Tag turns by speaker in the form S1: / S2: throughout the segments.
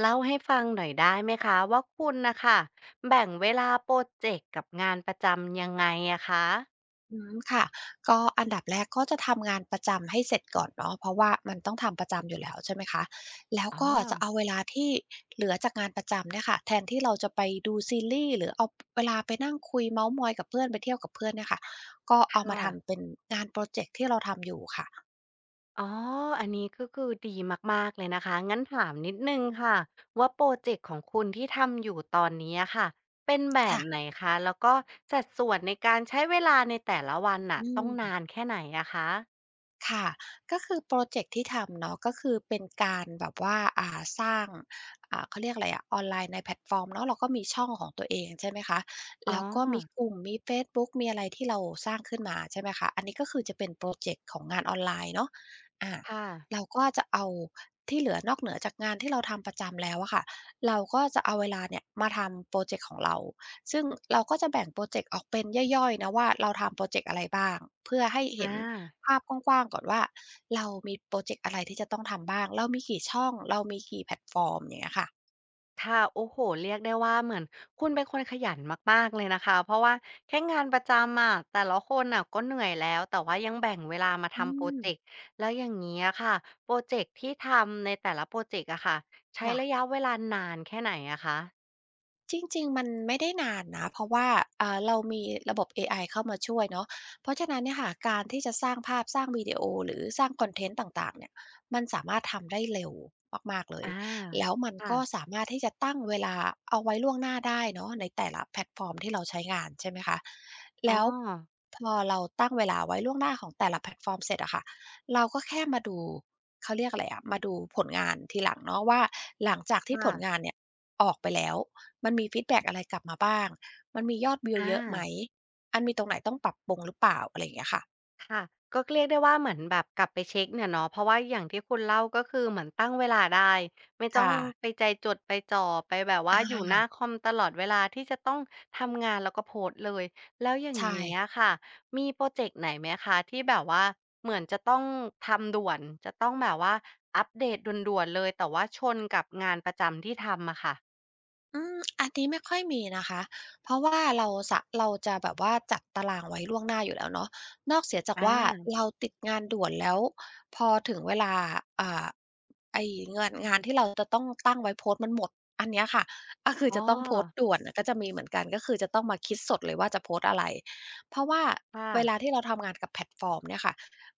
S1: เล่าให้ฟังหน่อยได้ไหมคะว่าคุณนะคะแบ่งเวลาโปรเจกต์กับงานประจำยังไงอะคะ
S2: อืมค่ะก็อันดับแรกก็จะทำงานประจำให้เสร็จก่อนเนาะเพราะว่ามันต้องทำประจำอยู่แล้วใช่ไหมคะแล้ว
S1: อ๋อ
S2: ก็จะเอาเวลาที่เหลือจากงานประจำเนี่ยค่ะแทนที่เราจะไปดูซีรีส์หรือเอาเวลาไปนั่งคุยเม้าท์มอยกับเพื่อนไปเที่ยวกับเพื่อนเนี่ยค่ะก็เอามา
S1: ค่ะ
S2: ทำเป็นงานพรอเจกต์ที่เราทำอยู่ค่ะ
S1: อ๋ออันนี้ก็คือดีมากๆเลยนะคะงั้นถามนิดหนึ่งค่ะว่าพรอเจกต์ของคุณที่ทำอยู่ตอนนี้อะค่ะเป็นแบบไหน
S2: ค่ะ
S1: คะแล้วก็สัดส่วนในการใช้เวลาในแต่ละวันน่ะ
S2: อื
S1: ต้องนา
S2: ม
S1: นแค่ไหนอะคะ
S2: ค่ะก็คือพรอเจกต์ที่ทำเนาะก็คือเป็นการแบบว่าสร้างเขาเรียกอะไรอะออนไลน์ในแพลตฟอร์มเนาะเราก็มีช่องของตัวเองใช่ไหมคะ
S1: อ๋อ
S2: แล้วก็มีกลุ่มมีเฟซบุ๊กมีอะไรที่เราสร้างขึ้นมาใช่ไหมคะอันนี้ก็คือจะเป็นพรอเจกต์ของงานออนไลน์เนาะอา
S1: ค่ะ
S2: เราก็จะเอาที่เหลือนอกเหนือจากงานที่เราทำประจำแล้วอะค่ะเราก็จะเอาเวลาเนี่ยมาทำพรอเจกต์ของเรา ซึ่งเราก็จะแบ่งโปรเจกต์ออกเป็นย่อยๆนะว่าเราทำโปรเจกต์อะไรบ้างเพื่อให้
S1: อ
S2: เห็น
S1: า
S2: ภาพกว้างๆก่อนว่าเรามีโปรเจกต์อะไรที่จะต้องทำบ้างเรามีกี่ช่องเรามีกี่แพลตฟอร์มอย่างเงี้ยค่ะ
S1: ค่ะโอ้โฮเรียกได้ว่าเหมือนคุณเป็นคนขยันมากๆเลยนะคะเพราะว่าแค่งานประจำอะแต่ละคนน่ะก็เหนื่อยแล้วแต่ว่ายังแบ่งเวลามา
S2: อื
S1: ทำพรอ
S2: ม
S1: เจกต์แล้วอย่างงี้อะค่ะพรอเจกต์ที่ทำในแต่ละพรอเจกต์อะค่ะใช้ระ
S2: ค่ะ
S1: ยะเวลานานแค่ไหนอะคะ
S2: จริงๆ มันไม่ได้นานนะเพราะว่าเรามีระบบเอไอเข้ามาช่วยเนาะเพราะฉะนั้นเนี่ยค่ะ การที่จะสร้างภาพสร้างวิดีโอหรือสร้างคอนเทนต์ต่างๆเนี่ยมันสามารถทำได้เร็วมากๆเลย
S1: อา
S2: แล้วมันก็
S1: ค่ะ
S2: สามารถที่จะตั้งเวลาเอาไว้ล่วงหน้าได้เนาะในแต่ละแพลตฟอร์มที่เราใช้งานใช่ไหมคะ
S1: อ๋อ
S2: แล้วพอเราตั้งเวลาไว้ล่วงหน้าของแต่ละแพลตฟอร์มเสร็จอะค่ะ เราก็แค่มาดูเขาเรียกอะไรอะมาดูผลงานทีหลังเนาะว่าหลังจากที่ผลงา
S1: ค่ะ
S2: นเนี่ยออกไปแล้วมันมีฟีดแบ็กอะไรกลับมาบ้างมันมียอดวิว
S1: อา
S2: เยอะไหมมันมีตรงไหนต้องปรับปรุงหรือเปล่าอะไรอย่างเงี้ยค่ะ
S1: ค่ะก็เรียกได้ว่าเหมือนแบบกลับไปเช็คเนี่ยเนาะเพราะว่าอย่างที่คุณเล่าก็คือเหมือนตั้งเวลาได้ไม่ต้อง
S2: ค่ะ
S1: ไปใจจดไปจ่อไปแบบว่า
S2: อ
S1: อยู่ห
S2: า
S1: น้าคอมตลอดเวลาที่จะต้องทำงานแล้วก็โพสต์เลยแล้วอย่าง
S2: ใช่
S1: เงี้ยค่ะมีพรอเจกต์ไหนไหมคะที่แบบว่าเหมือนจะต้องทำด่วนจะต้องแบบว่าอัปเดตด่วนๆเลยแต่ว่าชนกับงานประจำที่ทำอะค่ะ
S2: อืมอันนี้ไม่ค่อยมีนะคะเพราะว่าเราจะแบบว่าจัดตารางไว้ล่วงหน้าอยู่แล้วเนาะนอกเสียจาก
S1: อา
S2: ว่าเราติดงานด่วนแล้วพอถึงเวลาอ่าไอ้งานที่เราจะต้องตั้งไว้โพสต์มันหมดอันเนี้ยค่ะก็คือ
S1: อ๋อ
S2: จะต้องโพสต์ด่วนน่ะก็จะมีเหมือนกันก็คือจะต้องมาคิดสดเลยว่าจะโพสต์อะไรเพราะว่า
S1: ค่ะ
S2: เวลาที่เราทำงานกับแพลตฟอร์มเนี่ยค่ะ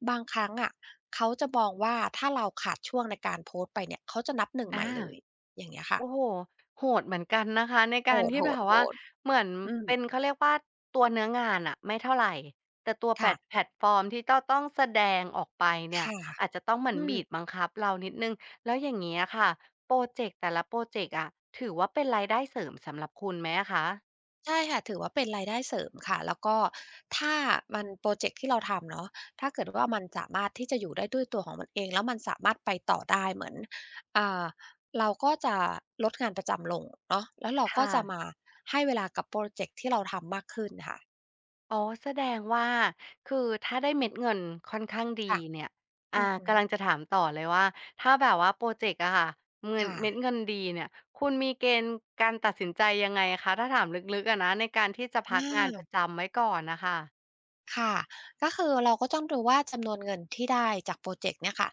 S2: บางครั้งอะเขาจะมองว่าถ้าเราขาดช่วงในการโพสต์ไปเนี่ยเขาจะนับหนึ่งให
S1: อา
S2: ม่เลยอย่างเงี้ยค่ะ
S1: โอ้โหโหดเหมือนกันนะคะใน
S2: โ
S1: การที่
S2: ห
S1: แบ
S2: ด
S1: บว่า
S2: ๆ
S1: เหมือน
S2: ๆ อืม
S1: เป็นเขาเรียกว่าตัวเนื้องานอะไม่เท่าไรแต่ตัวแพล
S2: ค่ะ
S1: ตแพลตฟอร์มที่จะต้องแสดงออกไปเนี่ย
S2: ค่ะ
S1: อาจจะต้องเหมือน
S2: อืม
S1: บีบบังคับเรานิดหนึ่งแล้วอย่างเงี้ยค่ะพรอเจกต์แต่ละพรอเจกต์อะถือว่าเป็นรายได้เสริมสำหรับคุณไหมอะคะ
S2: ใช่ค่ะถือว่าเป็นรายได้เสริมค่ะแล้วก็ถ้ามันพรอเจกต์ที่เราทำเนาะถ้าเกิดว่ามันสามารถที่จะอยู่ได้ด้วยตัวของมันเองแล้วมันสามารถไปต่อได้เหมือนอ่าเราก็จะลดงานประจำลงเนาะแล้วเราก็
S1: ค่ะ
S2: จะมาให้เวลากับพรอเจกต์ที่เราทำมากขึ้นค่ะ
S1: อ๋อแสดงว่าคือถ้าได้เม็ดเงินค่อนข้างดี
S2: ค่ะ
S1: เนี่ยอ่า
S2: อือฮึ
S1: กำลังจะถามต่อเลยว่าถ้าแบบว่าพรอเจกต์อะค่ะเงิน
S2: ค่ะ
S1: เม็ดเงินดีเนี่ยคุณมีเกณฑ์การตัดสินใจยังไงคะถ้าถามลึกๆอะนะในการที่จะ
S2: อ
S1: พักงานประ
S2: า
S1: จำไว้ก่อนน่ะค่ะ
S2: ค่ะก็คือเราก็ต้องดูว่าจำนวนเงินที่ได้จากโปรเจกต์เนี่ยค่ะ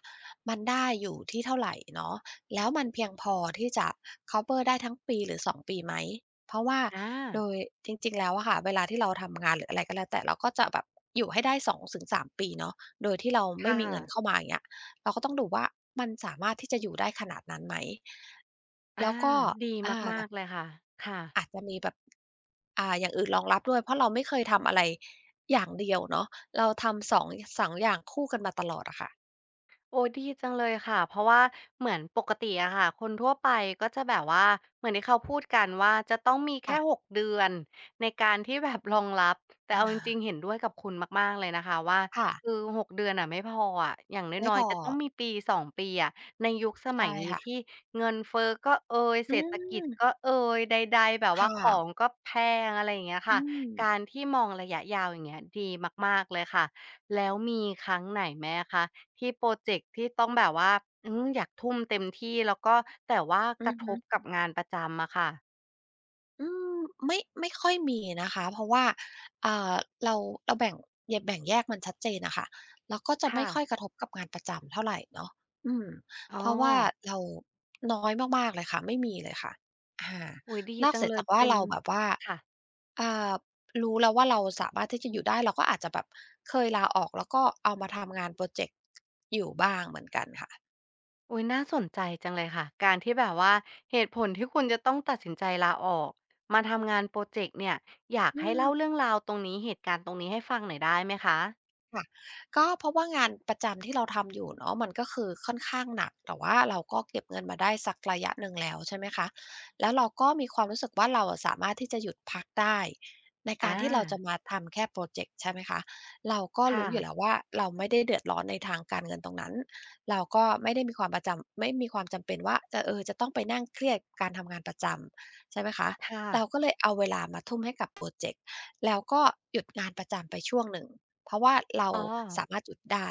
S2: มันได้อยู่ที่เท่าไหรเนาะแล้วมันเพียงพอที่จะคัฟเวอร์ได้ทั้งปีหรือสองปีไหมเพราะว่า
S1: อา
S2: โดยจริงๆ แล้วอะค่ะเวลาที่เราทำงานหรืออะไรก็แล้วแต่เราก็จะแบบอยู่ให้ได้สองถึงสามปีเนาะโดยที่เราไม่
S1: ค่ะ
S2: มีเงินเข้ามาอย่างเงี้ยเราก็ต้องดูว่ามันสามารถที่จะอยู่ได้ขนาดนั้นไหม
S1: อา
S2: แล้วก็
S1: ดี
S2: อา
S1: มากๆเลยค่ะค่ะ
S2: อาจจะมีแบบอย่างอื่นรองรับด้วย เพราะเราไม่เคยทำอะไรอย่างเดียวเนาะเราทำสองอย่างคู่กันมาตลอดอะค่ะ
S1: โอ้ยดีจังเลยค่ะเพราะว่าเหมือนปกติอะค่ะคนทั่วไปก็จะแบบว่าเหมือนที่เขาพูดกันว่าจะต้องมีแค่
S2: ค่ะ
S1: 6เดือนในการที่แบบรองรับแต่เอาจริงๆเห็นด้วยกับคุณมากๆเลยนะคะว่า
S2: ค่ะ
S1: คือ6เดือนอะไม่พออะอย่าง
S2: ไม่
S1: น้อ
S2: พ
S1: ย
S2: อ
S1: ๆจะต้องมีปสอ2ปีอะในยุคสมั
S2: ใช่
S1: ยนี้
S2: ค่ะ
S1: ที่เงินเฟ้อก็เอย
S2: อื
S1: เศรษฐกิจก็
S2: ม
S1: เอยใดๆแบบว่า
S2: ค่ะ
S1: ของก็แพงอะไรอย่างเงี้ย
S2: อื
S1: ค่ะ
S2: ม
S1: การที่มองระยะยาวอย่างเงี้ยดีมากๆเลยค่ะแล้วมีครั้งไหนไหมอะคะ ที่พรอเจกต์ที่ต้องแบบว่าอืมอยากทุ่มเต็มที่แล้วก็แต่ว่า
S2: อื
S1: ก
S2: อ
S1: ระท
S2: ฮึ
S1: บกับงานประจำอะค่ะ
S2: อืมไม่ค่อยมีนะคะเพราะว่าอ่าเราเราแบ่งแยกมันชัดเจนนะค่ะแล้วก็จะไม่
S1: ค่ะ
S2: ค่อยกระทบกับงานประจำเท่าไรเนาะอืม
S1: อ๋อ
S2: เพราะว่าเราน้อยมากๆเลยค่ะไม่มีเลยค่ะอา
S1: อุ๊ยดี
S2: นอก
S1: จัง
S2: เสีย
S1: เลย
S2: จากว่า
S1: เป็น
S2: เราแบบว่า
S1: ค่ะ
S2: อ่ารู้แล้วว่าเราสามารถที่จะอยู่ได้เราก็อาจจะแบบเคยลาออกแล้วก็เอามาทำงานพรอเจกต์อยู่บ้างเหมือนกันค่ะ
S1: อุ๊ยน่าสนใจจังเลยค่ะการที่แบบว่าเหตุผลที่คุณจะต้องตัดสินใจลาออกมาทำงานพรอเจกต์เนี่ยอยาก
S2: อื
S1: ให้
S2: ม
S1: เล่าเรื่องราวตรงนี้เหตุการณ์ตรงนี้ให้ฟังหน่อยได้ไหมคะ
S2: ค่ะก็เพราะว่างานประจำที่เราทำอยู่เนาะมันก็คือค่อนข้างหนักแต่ว่าเราก็เก็บเงินมาได้สักระยะหนึ่งแล้วใช่ไหมคะแล้วเราก็มีความรู้สึกว่าเราอะสามารถที่จะหยุดพักได้ในการ
S1: อา
S2: ที่เราจะมาทำแค่พรอเจกต์ใช่ไหมคะเราก็
S1: ค่ะ
S2: รู้อยู่แล้วว่าเราไม่ได้เดือดร้อนในทางการเงินตรงนั้นเราก็ไม่ได้มีความประจำไม่มีความจำเป็นว่าจะจะต้องไปนั่งเครียดการทำงานประจำใช่ไหมคะ
S1: ค่ะ
S2: เราก็เลยเอาเวลามาทุ่มให้กับพรอเจกต์แล้วก็หยุดงานประจำไปช่วงหนึ่ง เพราะว่าเรา
S1: อ๋อ
S2: สามารถจุดได้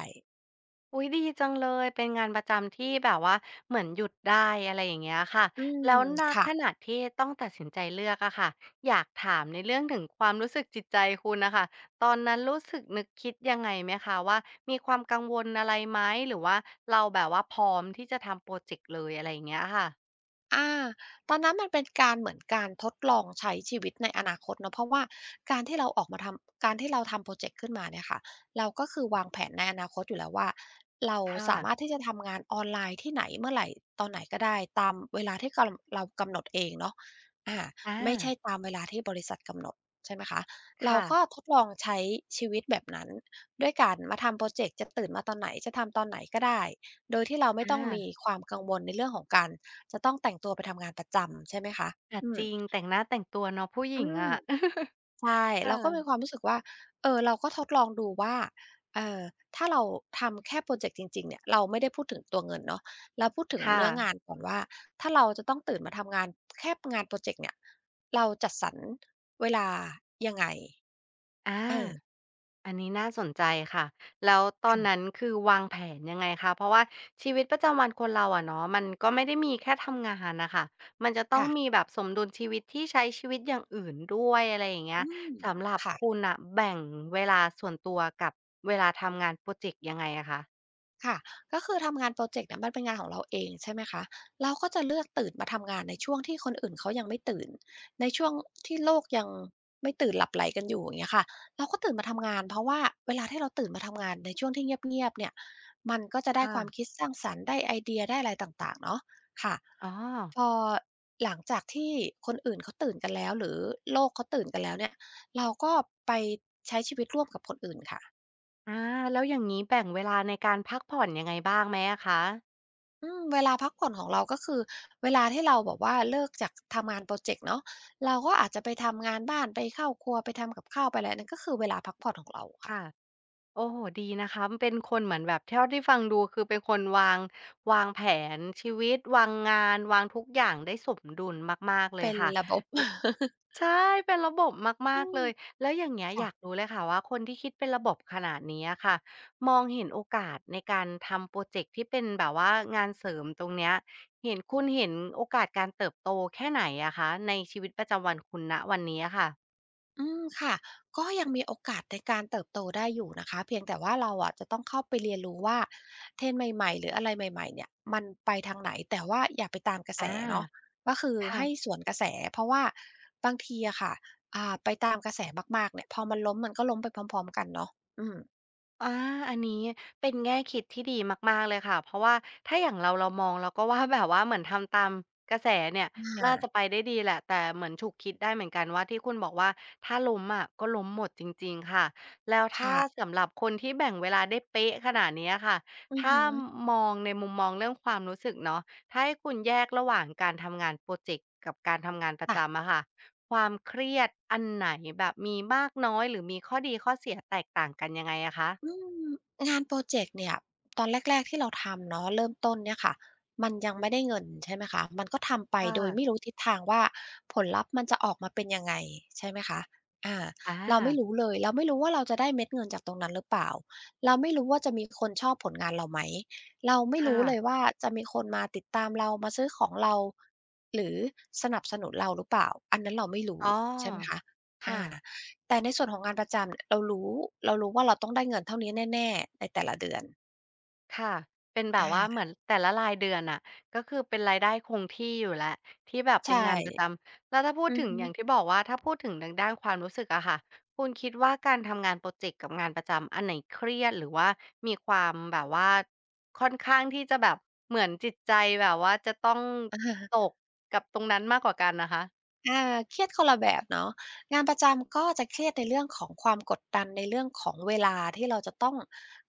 S1: อุ๊ยดีจังเลยเป็นงานประจำที่แบบว่าเหมือนหยุดได้อะไรอย่างเงี้ยค่ะ
S2: อืม
S1: แล้วณ
S2: ค่ะ
S1: ขณะที่ต้องตัดสินใจเลือกอะค่ะอยากถามในเรื่องถึงความรู้สึกจิตใจคุณน่ะค่ะตอนนั้นรู้สึกนึกคิดยังไงไหมคะว่ามีความกังวลอะไรไหมหรือว่าเราแบบว่าพร้อมที่จะทำพรอเจกต์เลยอะไรอย่างเงี้ยค่ะ
S2: อาตอนนั้นมันเป็นการเหมือนการทดลองใช้ชีวิตในอนาคตเนาะเพราะว่าการที่เราออกมาทำการที่เราทำพรอเจกต์ขึ้นมาเนี่ยค่ะเราก็คือวางแผนในอนาคตอยู่แล้วว่าเรา
S1: ค่ะ
S2: สามารถที่จะทำงานออนไลน์ที่ไหนเมื่อไหร่ตอนไหนก็ได้ตามเวลาที่กำเรากำหนดเองเนาะอาไม่ใช่
S1: อา
S2: ตามเวลาที่บริษัทกำหนด ใช่ไหมคะเรา
S1: ค่ะ
S2: ก็ทดลองใช้ชีวิตแบบนั้น ด้วยการมาทำพรอเจกต์จะตื่นมาตอนไหนจะทำตอนไหนก็ได้ โดยที่เรา
S1: อ
S2: ไม่ต้องมี
S1: า
S2: ความกังวลในเรื่องของการจะต้องแต่งตัวไปทำงานประจำใช่ไหมคะ
S1: อา
S2: อื
S1: จ
S2: ม
S1: ริงแต่งหน้าแต่งตัวเนาะผู้ห
S2: อื
S1: ญิง
S2: ม
S1: อะ
S2: ใช่
S1: เอ
S2: เรา
S1: อ
S2: ก็ มีความรู้สึกว่าเราก็ทดลองดูว่าเอ่อถ้าเราทำแค่พรอเจกต์จริงๆเนี่ยเราไม่ได้พูดถึงตัวเงินเนาะเราพูดถึง
S1: ค่ะ
S2: เนื้องานก่อนว่า ถ้าเราจะต้องตื่นมาทำงานแค่งานพรอเจกต์เนี่ยเราจัดสรรเวลายังไง
S1: อา
S2: เออ
S1: อันนี้น่าสนใจค่ะแล้วตอนนั้น
S2: ค่ะ
S1: คือวางแผนยังไงคะเพราะว่าชีวิตประจำวันคนเราอะเนาะมันก็ไม่ได้มีแค่ทำงานนะคะมันจะต้อง
S2: ค่ะ
S1: มีแบบสมดุลชีวิตที่ใช้ชีวิตอย่างอื่นด้วยอะไรอย่างเงี้ย
S2: อืม
S1: สำหรับ
S2: ค่ะ
S1: คุณอะแบ่งเวลาส่วนตัวกับเวลาทำงานโปรเจกต์ยังไงอะคะ
S2: ค่ะก็คือทำงานโปรเจกต์เนี่ยมันเป็นงานของเราเองใช่ไหมคะเราก็จะเลือกตื่นมาทำงานในช่วงที่คนอื่นเขายังไม่ตื่น ในช่วงที่โลกยังไม่ตื่นหลับไหลกันอยู่อย่างเงี้ยค่ะเราก็ตื่นมาทำงานเพราะว่าเวลาที่เราตื่นมาทำงานในช่วงที่เงียบๆเนี่ยมันก็จะได้ความคิ
S1: ค่ะ
S2: ดสร้างสรรค์ได้ไอเดียได้อะไรต่างๆเนาะค่ะ
S1: อ๋อ
S2: พอหลังจากที่คนอื่นเขาตื่นกันแล้วหรือโลกเขาตื่นกันแล้วเนี่ยเราก็ไปใช้ชีวิตร่วมกับคนอื่นค่ะ
S1: อาแล้วอย่างงี้แบ่งเวลาในการพักผ่อนยังไงบ้างไหมอะคะ
S2: อืมเวลาพักผ่อนของเราก็คือเวลาที่เราแบบว่าเลิกจากทำงานพรอเจกต์เนาะเราก็อาจจะไปทำงานบ้านไปเข้าครัวไปทำกับข้าวไปอะไรนั่นก็คือเวลาพักผ่อนของเราค่ะ
S1: ค่ะ โอ้โฮดีนะคะเป็นคนเหมือนแบบเท่าที่ฟังดูคือเป็นคนวางวางแผนชีวิตวางงานวางทุกอย่างได้สมดุลมากๆเลย
S2: เป็น
S1: ค่ะ
S2: ระบบ
S1: อ ใช่เป็นระบบ
S2: อื
S1: มากๆเล
S2: ม
S1: ยแล้วอย่างเงี้ยอ
S2: ค่ะ
S1: ยากรู้เลยค่ะว่าคนที่คิดเป็นระบบขนาดนี้อะค่ะมองเห็นโอกาสในการทำพรอเจกต์ที่เป็นแบบว่างานเสริมตรงเนี้ยเห็นคุณเห็นโอกาสการเติบโตแค่ไหนอะคะในชีวิตประจำวันคุณณวันนี้อะค่ะ
S2: อืมค่ะก็ยังมีโอกาสในการเติบโตได้อยู่นะคะเพียงแต่ว่าเราอะจะต้องเข้าไปเรียนรู้ว่าเทรนด์ใหม่ๆหรืออะไรใหม่ๆเนี่ยมันไปทางไหนแต่ว่าอย่าไปตามกระแส
S1: อา
S2: เนาะก็คือให้ส
S1: ค่ะ
S2: วนกระแสเพราะว่าบางทีอะค่ะไปตามกระแสมากๆเนี่ยพอมันล้มมันก็ล้มไปพร้อมๆกันเนาะอืม
S1: อาอันนี้เป็นแง่คิดที่ดีมากๆเลยค่ะเพราะว่าถ้าอย่างเรามองเราก็ว่าแบบว่าเหมือนทำตามกระแสเนี่ย
S2: อ
S1: น่าจะ
S2: า
S1: ไปได้ดีแหละแต่เหมือนฉุกคิดได้เหมือนกันว่าที่คุณบอกว่าถ้าล้มอะก็ล้มหมดจริงๆค่ะแล้วถ้า
S2: ค่ะ
S1: สำหรับคนที่แบ่งเวลาได้เป๊ะขนาดเนี้ยค่ะ
S2: อือ
S1: ถ้า
S2: ฮึ
S1: มองในมุมมองเรื่องความรู้สึกเนาะถ้าให้คุณแยกระหว่างการทำงานพรอเจกต์กับการทำงานประ
S2: ค่ะ
S1: จำอะค่ะความเครียดอันไหนแบบมีมากน้อยหรือมีข้อดีข้อเสียแตกต่างกันยังไงอะคะ
S2: อืมงานพรอเจกต์เนี่ยตอนแรกๆที่เราทำเนาะเริ่มต้นเนี่ยค่ะมันยังไม่ได้เงินใช่ไหมคะมันก็ทำไป
S1: ค่ะ
S2: โดยไม่รู้ทิศทางว่าผลลัพธ์มันจะออกมาเป็นยังไงใช่ไหมคะอาเราไม่
S1: อา
S2: รู้เลยเราไม่รู้ว่าเราจะได้เม็ดเงินจากตรงนั้นหรือเปล่าเราไม่รู้ว่าจะมีคนชอบผลงานเราไหมเราไม่
S1: ค่ะ
S2: รู้เลยว่าจะมีคนมาติดตามเรามาซื้อของเราหรือสนับสนุนเราหรือเปล่าอันนั้นเราไม่รู้
S1: อ๋อ
S2: ใช่ไหมคะอา
S1: ค่ะ
S2: แต่ในส่วนของงานประจำเรารู้เรารู้ว่าเราต้องได้เงินเท่านี้แน่ๆในแต่ละเดือน
S1: ค่ะเป็นแบ
S2: อา
S1: บว่าเหมือนแต่ละรายเดือนน่ะก็คือเป็นรายได้คงที่อยู่แล้วที่แบบเป็
S2: ใช่
S1: นงานประจำ แล้วถ้าพูด
S2: อือ
S1: ถึง
S2: ฮึ
S1: อย่างที่บอกว่าถ้าพูดถึงทางด้านความรู้สึกอะค่ะคุณคิดว่าการทำงานพรอเจกต์กับงานประจำอันไหนเครียดหรือว่ามีความแบบว่าค่อนข้างที่จะแบบเหมือนจิตใจแบบว่าจะต้อง
S2: อะ
S1: ต
S2: ฮะ
S1: กกับตรงนั้นมากกว่ากันนะคะ
S2: อาเครียดคนละแบบเนาะงานประจำก็จะเครียดในเรื่องของความกดดันในเรื่องของเวลาที่เราจะต้อง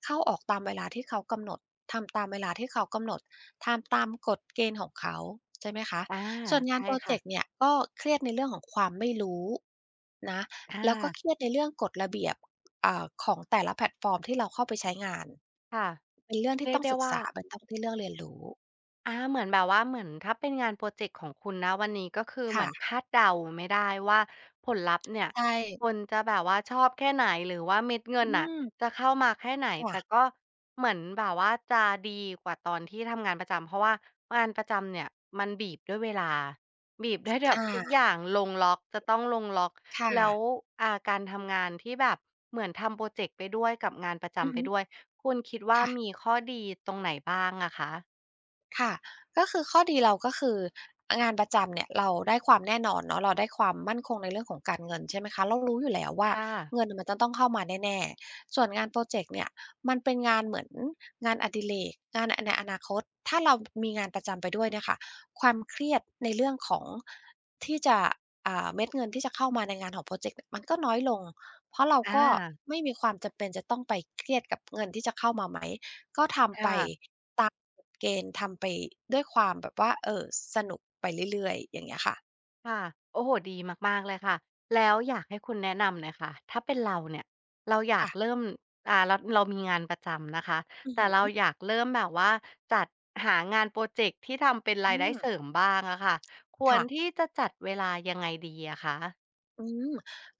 S2: เข้าออกตามเวลาที่เขากำหนดทำตามเวลาที่เขากำหนดทำตามกฎเกณฑ์ของเขาใช่ไหมคะ
S1: อา
S2: ส่วนงาน
S1: ใช่
S2: พรอเจ
S1: ค่ะ
S2: กต์เนี่ยก็เครียดในเรื่องของความไม่รู้นะแล้วก็
S1: อา
S2: เครียดในเรื่องกฎระเบียบของแต่ละแพลตฟอร์มที่เราเข้าไปใช้งาน
S1: ค่ะ
S2: เป็นเรื่องที่
S1: เรีย
S2: ต้
S1: ก
S2: อง
S1: ได้
S2: ศึก
S1: ว่า
S2: ษาเป็นต้องที่เรื่องเรียนรู้
S1: อาเหมือนแบบว่าเหมือนถ้าเป็นงานพรอเจกต์ของคุณณวันนี้ก็คือเหมือน
S2: ค่ะ
S1: คาดเดาไม่ได้ว่าผลลัพธ์เนี่ย
S2: ใช่
S1: คนจะแบบว่าชอบแค่ไหนหรือว่าเม็ดเงิ
S2: อื
S1: นน่ะจะ
S2: ม
S1: เข้ามาแค่ไหน
S2: ค่ะ
S1: แต่ก็เหมือนแบบว่าจะดีกว่าตอนที่ทำงานประจำเพราะว่างานประจำเนี่ยมันบีบด้วยเวลาบีบด้วยแบบ
S2: อา
S1: ทุกอย่างลงล็อกจะต้องลงล็อก
S2: ค่ะ
S1: แล้วการทำงานที่แบบเหมือนทำพรอเจกต์ไปด้วยกับงานประ
S2: อื
S1: จำ
S2: อ
S1: ไป
S2: ฮึ
S1: ด้วยคุณคิดว่า
S2: ค่ะ
S1: มีข้อดีตรงไหนบ้างอะคะ
S2: ค่ะ ก็คือข้อดีเราก็คืองานประจำเนี่ยเราได้ความแน่นอนเนาะเราได้ความมั่นคงในเรื่องของการเงินใช่ไหมคะเรารู้อยู่แล้วว่า
S1: ค่ะ
S2: เงินมันจะต้องเข้ามาแน่ๆส่วนงานพรอเจกต์เนี่ยมันเป็นงานเหมือนงานอดิเรกงานในอนาคตถ้าเรามีงานประจำไปด้วยเนี่ยค่ะความเครียดในเรื่องของที่จะเม็ดเงินที่จะเข้ามาในงานของพรอเจกต์เนี่ยมันก็น้อยลงเพราะเรา
S1: อา
S2: ก็ไม่มีความจำเป็นจะต้องไปเครียดกับเงินที่จะเข้ามาไหม ก็ทำไป
S1: ค่ะ
S2: ตามกฎเกณฑ์ทำไปด้วยความแบบว่าสนุกไปเรื่อยๆอย่างเงี้ยค่ะ
S1: ค่ะโอ้โฮดีมากๆเลยค่ะ แล้วอยากให้คุณแนะนำหน่อยค่ะถ้าเป็นเราเนี่ยเราอยาก
S2: ค่ะ
S1: เริ่มเรามีงานประจำนะคะ
S2: อือฮ
S1: แต่เรา
S2: ึ
S1: อยากเริ่มแบบว่าจัดหางานพรอเจกต์ที่ทำเป็นรา
S2: อื
S1: ยได้
S2: ม
S1: เสริมบ้างอะค่ะควร
S2: ค่ะ
S1: ที่จะจัดเวลายังไงดีอะคะ
S2: อืม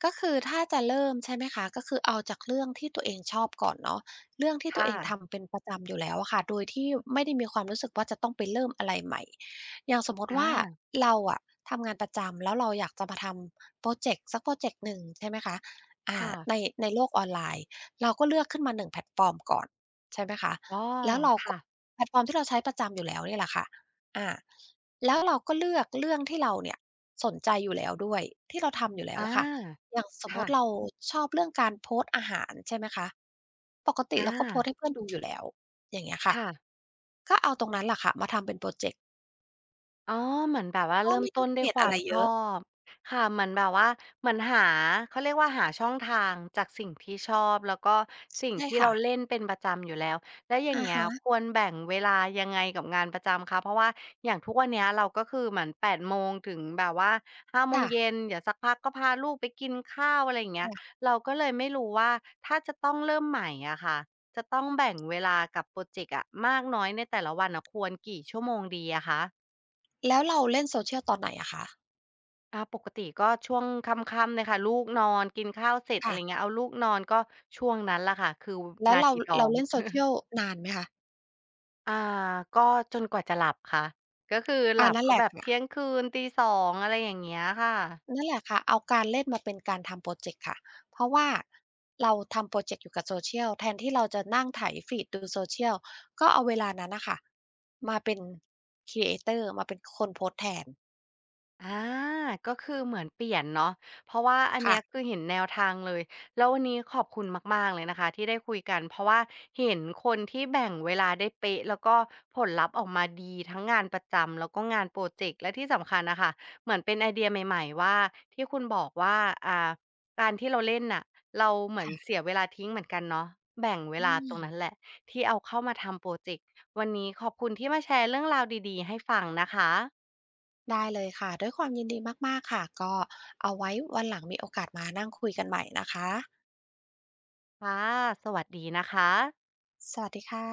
S2: ก็คือถ้าจะเริ่มใช่ไหมคะก็คือเอาจากเรื่องที่ตัวเองชอบก่อนเนาะเรื่องที่ตัว
S1: ค่ะ
S2: เองทำเป็นประจำอยู่แล้วอะค่ะโดยที่ไม่ได้มีความรู้สึกว่าจะต้องไปเริ่มอะไรใหม่อย่างสมม
S1: อ
S2: ติว่า
S1: า
S2: เราอะทำงานประจำแล้วเราอยากจะมาทำโพรเจกต์สักโพรเจกต์หนึ่งใช่ไหมคะอ่า
S1: ค่ะ
S2: ในในโลกออนไลน์เราก็เลือกขึ้นมาหนึ่งแพลตฟอร์มก่อนใช่ไหมคะ
S1: อ๋อ
S2: แล้วเราก็
S1: ค่ะ
S2: แพลตฟอร์มที่เราใช้ประจำอยู่แล้วเนี่ยแหละค่ะอา แล้วเราก็เลือกเรื่องที่เราเนี่ยสนใจอยู่แล้วด้วยที่เราทำอยู่แล้ว
S1: อา
S2: อะค่ะอย่างสมมุ
S1: ค่ะ
S2: ติเราชอบเรื่องการโพสต์อาหารใช่ไหมคะปกติ
S1: อา
S2: เราก็โพสต์ให้เพื่อนดูอยู่แล้วอย่างเงี้ยค่ะ
S1: ค่ะ
S2: ก็เอาตรงนั้นแหละค่ะมาทำเป็นพรอเจกต์
S1: อ๋อเหมือนแบบว่า
S2: ก็
S1: เริ่ม
S2: ไม่ต้
S1: ต้
S2: อง
S1: น
S2: เป
S1: ด้วย
S2: ลี่ยน
S1: ค
S2: อะ
S1: วาม
S2: ไร
S1: ช
S2: เย
S1: อ
S2: อะ
S1: บค่ะเหมือนแบบว่าเหมือนหาเขาเรียกว่าหาช่องทางจากสิ่งที่ชอบแล้วก็สิ่ง
S2: ใช่
S1: ที่เรา
S2: ค่ะ
S1: เล่นเป็นประจำอยู่แล้วแล้วอย่าง
S2: อะ
S1: เงี้ย
S2: ฮะ
S1: ควรแบ่งเวลายังไงกับงานประจำคะเพราะว่าอย่างทุกวันเนี้ยเราก็คือเหมือน8 โมงถึงแบบว่าห้าโมง
S2: ค่ะๆ
S1: เย็นเดี๋ยวสักพักก็พาลูกไปกินข้าวอะไรอย่างเงี้ยเราก็เลยไม่รู้ว่าถ้าจะต้องเริ่มใหม่อะค่ะจะต้องแบ่งเวลากับพรอเจกต์อะมากน้อยในแต่ละวันอะควรกี่ชั่วโมงดีอะคะ
S2: แล้วเราเล่น Social ตอนไหนอะคะ
S1: อาปกติก็ช่วงค่ำๆเลยค่ะลูกนอนกินข้าวเสร็จอะไรเงี้
S2: ค่ะ
S1: ยเอาลูกนอนก็ช่วงนั้นล่ะค่ะคือ
S2: แล้ว
S1: นา
S2: เรา
S1: ทีทอ
S2: เรา
S1: ง
S2: เล่น Social นานไหมคะ
S1: อ่าก็จนกว่าจะหลับค่ะก็คือหลั
S2: อา
S1: บ
S2: นั่น
S1: ก็
S2: แหละ
S1: แบบ
S2: ค่ะ
S1: เที่ยงคืนตี2องอะไรอย่างเงี้ยค่ะ
S2: นั่นแหละค่ะเอาการเล่นมาเป็นการทำพรอเจกต์ค่ะเพราะว่าเราทำพรอเจกต์อยู่กับ social แทนที่เราจะนั่งไถฟีดดู social ก็เอาเวลานั้นน่ะค่ะมาเป็นครีเอเตอร์มาเป็นคนโพสต์แทน
S1: อาก็คือเหมือนเปลี่ยนเนาะเพราะว่าอันเนี้
S2: ค่ะ
S1: ยคือเห็นแนวทางเลยแล้ววันนี้ขอบคุณมากๆเลยนะคะที่ได้คุยกันเพราะว่าเห็นคนที่แบ่งเวลาได้เป๊ะแล้วก็ผลลัพธ์ออกมาดีทั้งงานประจำแล้วก็งานพรอเจกต์และที่สำคัญน่ะค่ะเหมือนเป็นไอเดียใหม่ๆว่าที่คุณบอกว่าอ่าการที่เราเล่นน่ะเราเหมือนเสี
S2: ค่ะ
S1: ยเวลาทิ้งเหมือนกันเนาะแบ่งเว
S2: อื
S1: ลาตร
S2: ม
S1: งนั้นแหละที่เอาเข้ามาทำพรอเจกต์วันนี้ขอบคุณที่มาแชร์เรื่องราวดีๆให้ฟังนะคะ
S2: ได้เลยค่ะด้วยความยินดีมากๆค่ะก็เอาไว้วันหลังมีโอกาสมานั่งคุยกันใหม่นะคะ
S1: ค่ะสวัสดีนะคะ
S2: สวัสดีค่ะ